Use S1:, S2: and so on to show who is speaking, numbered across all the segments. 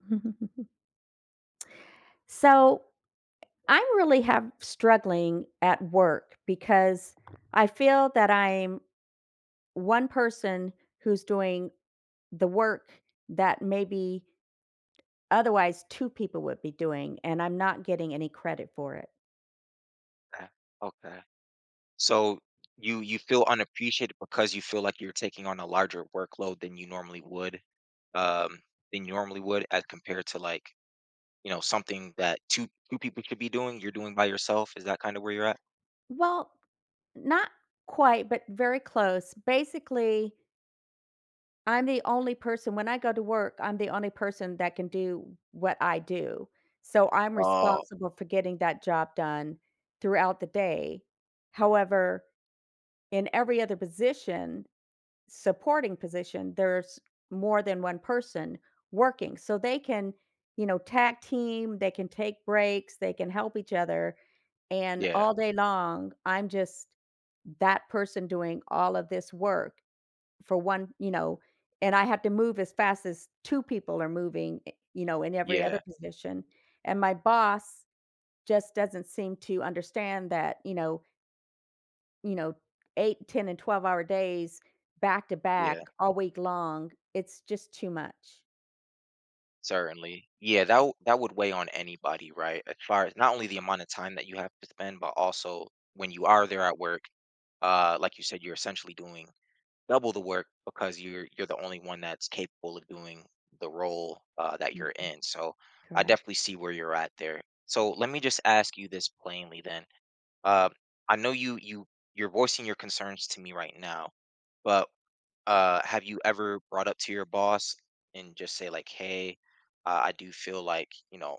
S1: So I'm really have struggling at work because I feel that I'm one person who's doing the work that maybe otherwise two people would be doing, and I'm not getting any credit for it.
S2: Okay, okay. So you feel unappreciated because you feel like you're taking on a larger workload than you normally would, um, than you normally would as compared to like, you know, something that two people should be doing, you're doing by yourself. Is that kind of where you're at?
S1: Well, not quite, but very close. Basically, I'm the only person when I go to work, I'm the only person that can do what I do. So I'm
S2: Oh,
S1: responsible for getting that job done throughout the day. However, in every other position, supporting position, there's more than one person working. So they can, you know, tag team, they can take breaks, they can help each other. And
S2: yeah,
S1: all day long, I'm just that person doing all of this work for one, and I had to move as fast as 2 people are moving, in every
S2: yeah,
S1: other position. And my boss just doesn't seem to understand that. You know, Eight, 10, and 12-hour days back to
S2: yeah,
S1: back all week long, it's just too much.
S2: certainly. Yeah, that would weigh on anybody, right? As far as not only the amount of time that you have to spend, but also when you are there at work, like you said, you're essentially doing double the work because you're the only one that's capable of doing the role that you're
S1: Mhm,
S2: in. So I
S1: correct.
S2: definitely see where you're at there. So let me just ask you this plainly then. Uh, I know you you're voicing your concerns to me right now, but have you ever brought up to your boss and just say like, "Hey, I do feel like you know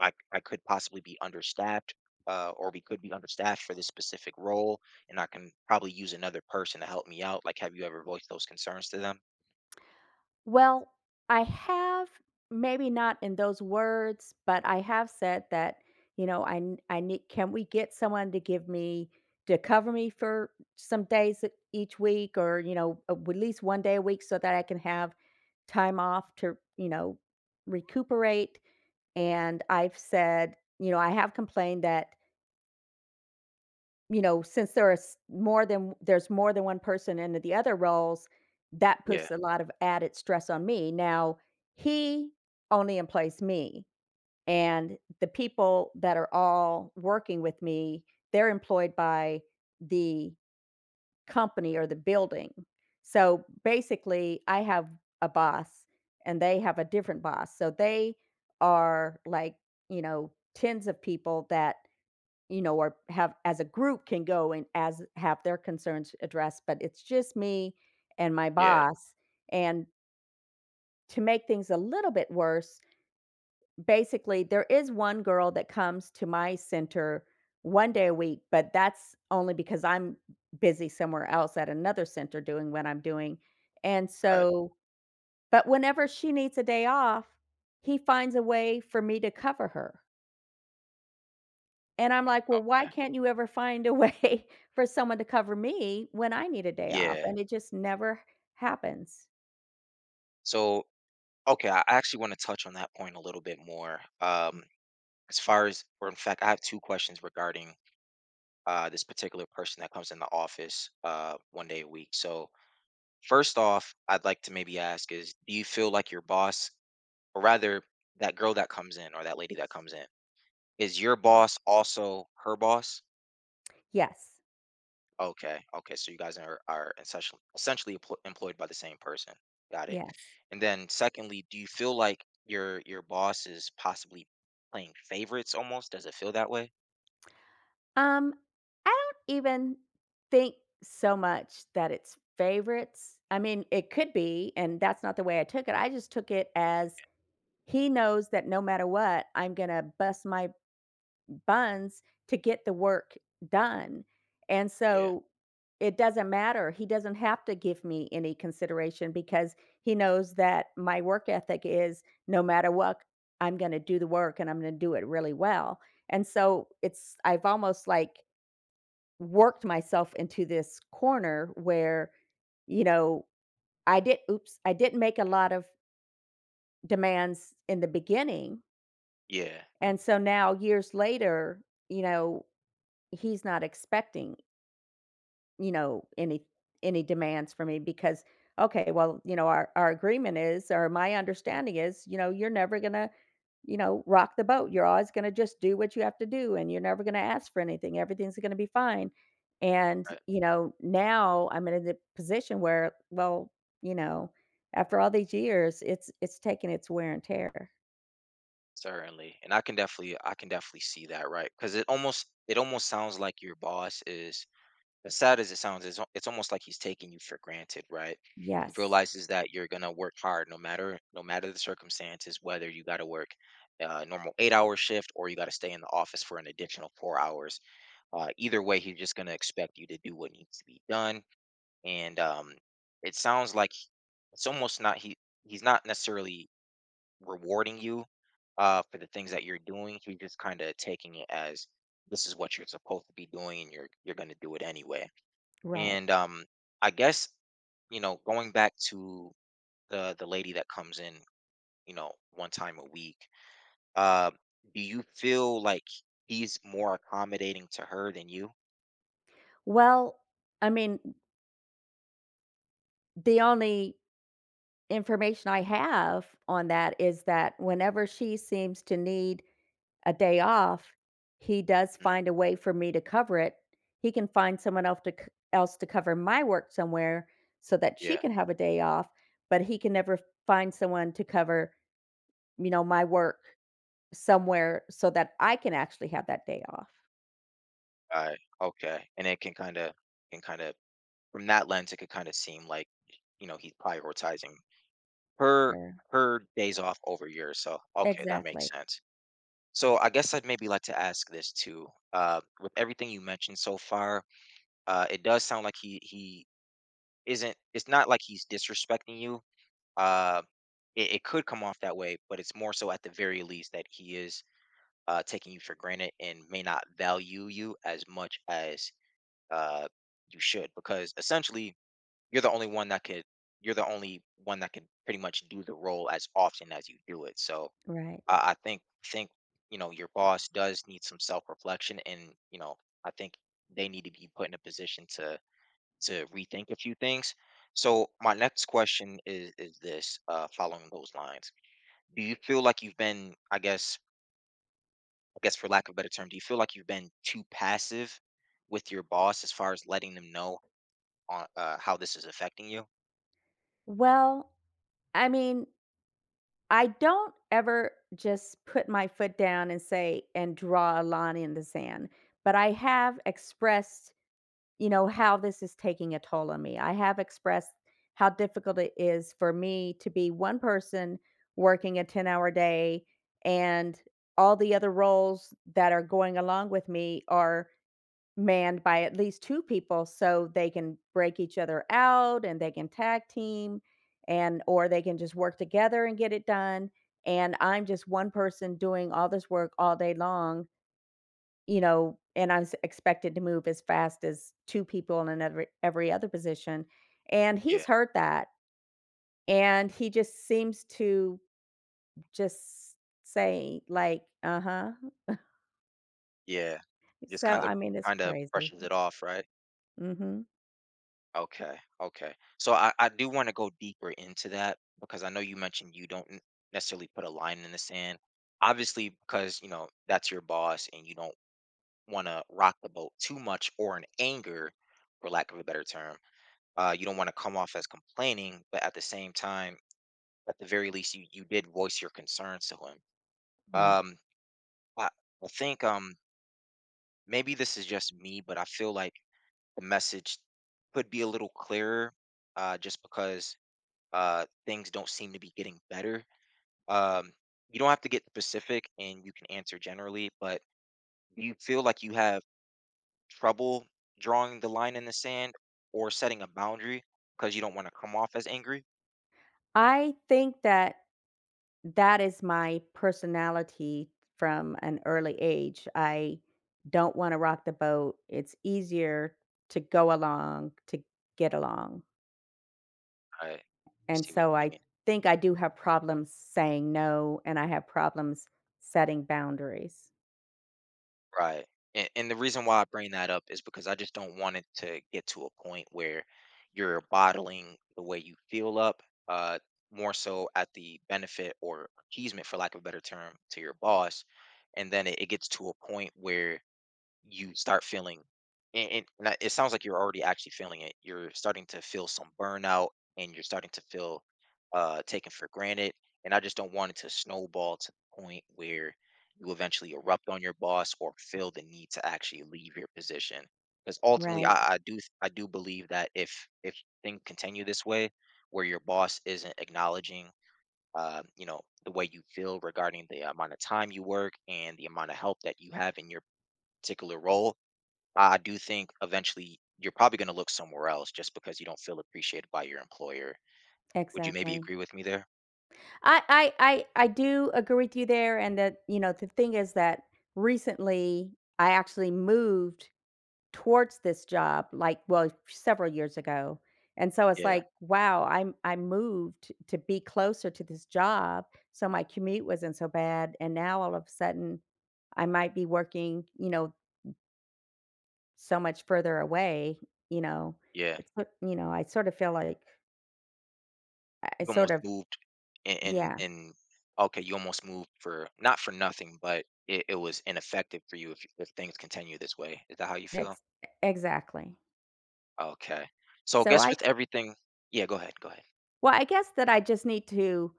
S2: I could possibly be understaffed, or we could be understaffed for this specific role, and I can probably use another person to help me out." Like, have you ever voiced those concerns to them?
S1: Well, I have maybe not in those words, but I have said that, I need can we get someone to give me to cover me for some days each week or, you know, at least one day a week so that I can have time off to, you know, recuperate. And I've said, you know, I have complained that since there's more than one person into the other roles, that
S2: Yeah,
S1: puts a lot of added stress on me. Now, he only employs me, and the people that are all working with me, they're employed by the company or the building. So basically, I have a boss and they have a different boss. So they are like, you know, tens of people that or have as a group can go and as have their concerns addressed, but it's just me and my
S2: yeah,
S1: boss. And to make things a little bit worse, basically there is one girl that comes to my center one day a week, but that's only because I'm busy somewhere else at another center doing what I'm doing. And
S2: right.
S1: so, but whenever she needs a day off, he finds a way for me to cover her. And I'm like, "Well, why
S2: Okay.
S1: can't you ever find a way for someone to cover me when I need a day off?"
S2: Yeah.
S1: And it just never happens.
S2: So, okay, I actually want to touch on that point a little bit more. As far as, or in fact, I have two questions regarding this particular person that comes in the office 1 day a week. So, first off, I'd like to maybe ask is, do you feel like your boss, or rather that girl that comes in or that lady that comes in, is your boss also her boss?
S1: Yes,
S2: Okay, okay, so you guys are essentially employed by the same person. Got it.
S1: yes.
S2: And then secondly, do you feel like your boss is possibly playing favorites almost? Does it feel that way?
S1: Um, I don't even think so much that it's favorites. I mean, it could be, and that's not the way I took it. I just took it as he knows that no matter what, I'm gonna bust my buns to get the work done. And
S2: Yeah.
S1: so it doesn't matter. He doesn't have to give me any consideration because he knows that my work ethic is no matter what, I'm going to do the work and I'm going to do it really well. And so I've almost like worked myself into this corner where, you know, I did, oops, I didn't make a lot of demands in the beginning.
S2: Yeah.
S1: And so now years later, you know, he's not expecting any demands for me because okay, well, you know, our agreement is or my understanding is, you know, you're never going to, you know, rock the boat. You're always going to just do what you have to do and you're never going to ask for anything. Everything's going to be fine. And,
S2: Right.
S1: you know, now I'm in a position where well, you know, after all these years, it's taken its wear and tear.
S2: Certainly. And I can definitely see that, right? Because it almost sounds like your boss is, as sad as it sounds, it's almost like he's taking you for granted, right? He
S1: Yes.
S2: realizes that you're gonna work hard no matter the circumstances, whether you got to work a normal 8 hour shift or you got to stay in the office for an additional 4 hours. Either way, he's just gonna expect you to do what needs to be done. And it sounds like it's almost not he's not necessarily rewarding you for the things that you're doing. He's just kind of taking it as this is what you're supposed to be doing, and you're gonna do it anyway.
S1: Right.
S2: And I guess you know, going back to the lady that comes in, you know, one time a week, uh, do you feel like he's more accommodating to her than you?
S1: Well, I mean, the only information I have on that is that whenever she seems to need a day off, he does
S2: Mm,
S1: find a way for me to cover it. He can find someone else to cover my work somewhere so that she
S2: yeah.
S1: can have a day off, but he can never find someone to cover, you know, my work somewhere so that I can actually have that day off.
S2: All right. Okay. And it can kind of can kind of, from that lens, it could kind of seem like you know he's prioritizing her,
S1: Her.
S2: her days off over yours. So okay, that makes
S1: Exactly.
S2: sense. So I guess I'd maybe like to ask this too. With everything you mentioned so far, it does sound like he isn't, it's not like he's disrespecting you. Uh, it, it could come off that way, but it's more so at the very least that he is taking you for granted and may not value you as much as uh, you should, because essentially you're the only one that could you're the only one that can pretty much do the role as often as you do it. So
S1: Right.
S2: I think you know your boss does need some self reflection, and you know I think they need to be put in a position to rethink a few things. So my next question is this, following those lines. Do you feel like you've been, I guess for lack of a better term, do you feel like you've been too passive with your boss as far as letting them know on how this is affecting you?
S1: Well, I mean, I don't ever just put my foot down and say and draw a line in the sand, but I have expressed, you know, how this is taking a toll on me. I have expressed how difficult it is for me to be one person working a 10-hour day and all the other roles that are going along with me are manned by at least 2 people so they can break each other out and they can tag team and or they can just work together and get it done. And I'm just one person doing all this work all day long, you know, and expected to move as fast as 2 people in another every other position. And
S2: Yeah,
S1: he's heard that and he just seems to just say like, "Uh-huh."
S2: yeah. Just
S1: So I mean, it's
S2: kind of
S1: crazy.
S2: brushes it off, right?
S1: Mhm.
S2: Okay, okay. So I do want to go deeper into that because I know you mentioned you don't necessarily put a line in the sand. Obviously, because you know that's your boss and you don't want to rock the boat too much or in anger, for lack of a better term. You don't want to come off as complaining, but at the same time, at the very least, you did voice your concerns to him.
S1: Right.
S2: Um, I, I think maybe this is just me, but I feel like the message could be a little clearer just because things don't seem to be getting better. Um, you don't have to get specific and you can answer generally, but do you feel like you have trouble drawing the line in the sand or setting a boundary because you don't want to come off as angry.
S1: I think that that is my personality from an early age. I don't wanna rock the boat. It's easier to go along, to get along,
S2: Right. I
S1: and
S2: see what
S1: so
S2: you
S1: I
S2: mean.
S1: think I do have problems saying no, and I have problems setting boundaries.
S2: Right. And the reason why I bring that up is because I just don't want it to get to a point where you're bottling the way you feel up, uh, more so at the benefit or appeasement, for lack of a better term, to your boss. And then it gets to a point where you start feeling, and I, it sounds like you're already actually feeling it. You're starting to feel some burnout, and you're starting to feel, taken for granted, and I just don't want it to snowball to the point where you eventually erupt on your boss or feel the need to actually leave your position. Because ultimately,
S1: Right,
S2: I do believe that if things continue this way, where your boss isn't acknowledging, you know, the way you feel regarding the amount of time you work and the amount of help that you have in your particular role, I do think eventually you're probably going to look somewhere else just because you don't feel appreciated by your employer. Would you maybe
S1: exactly.
S2: agree with me there?
S1: I do agree with you there, and that, you know, the thing is that recently I actually moved towards this job, like, well, several years ago, and so it's
S2: Yeah,
S1: like, wow, I moved to be closer to this job, so my commute wasn't so bad, and now all of a sudden, I might be working, you know, so much further away, you know,
S2: yeah.
S1: I sort of feel like I I
S2: You
S1: sort
S2: almost
S1: of
S2: moved and,
S1: yeah,
S2: and okay, you almost moved for not for nothing, but it was ineffective for you if things continue this way. Is that how you feel?
S1: ex exactly.
S2: Okay. So I
S1: So
S2: guess
S1: I
S2: with everything, yeah, go ahead, go ahead.
S1: Well, I guess that I just need to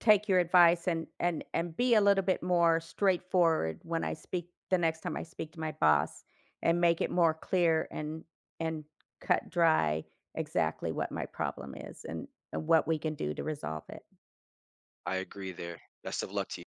S1: take your advice and be a little bit more straightforward when I speak the next time I speak to my boss and make it more clear and cut dry exactly what my problem is and what we can do to resolve it.
S2: I agree there. Best of luck to you.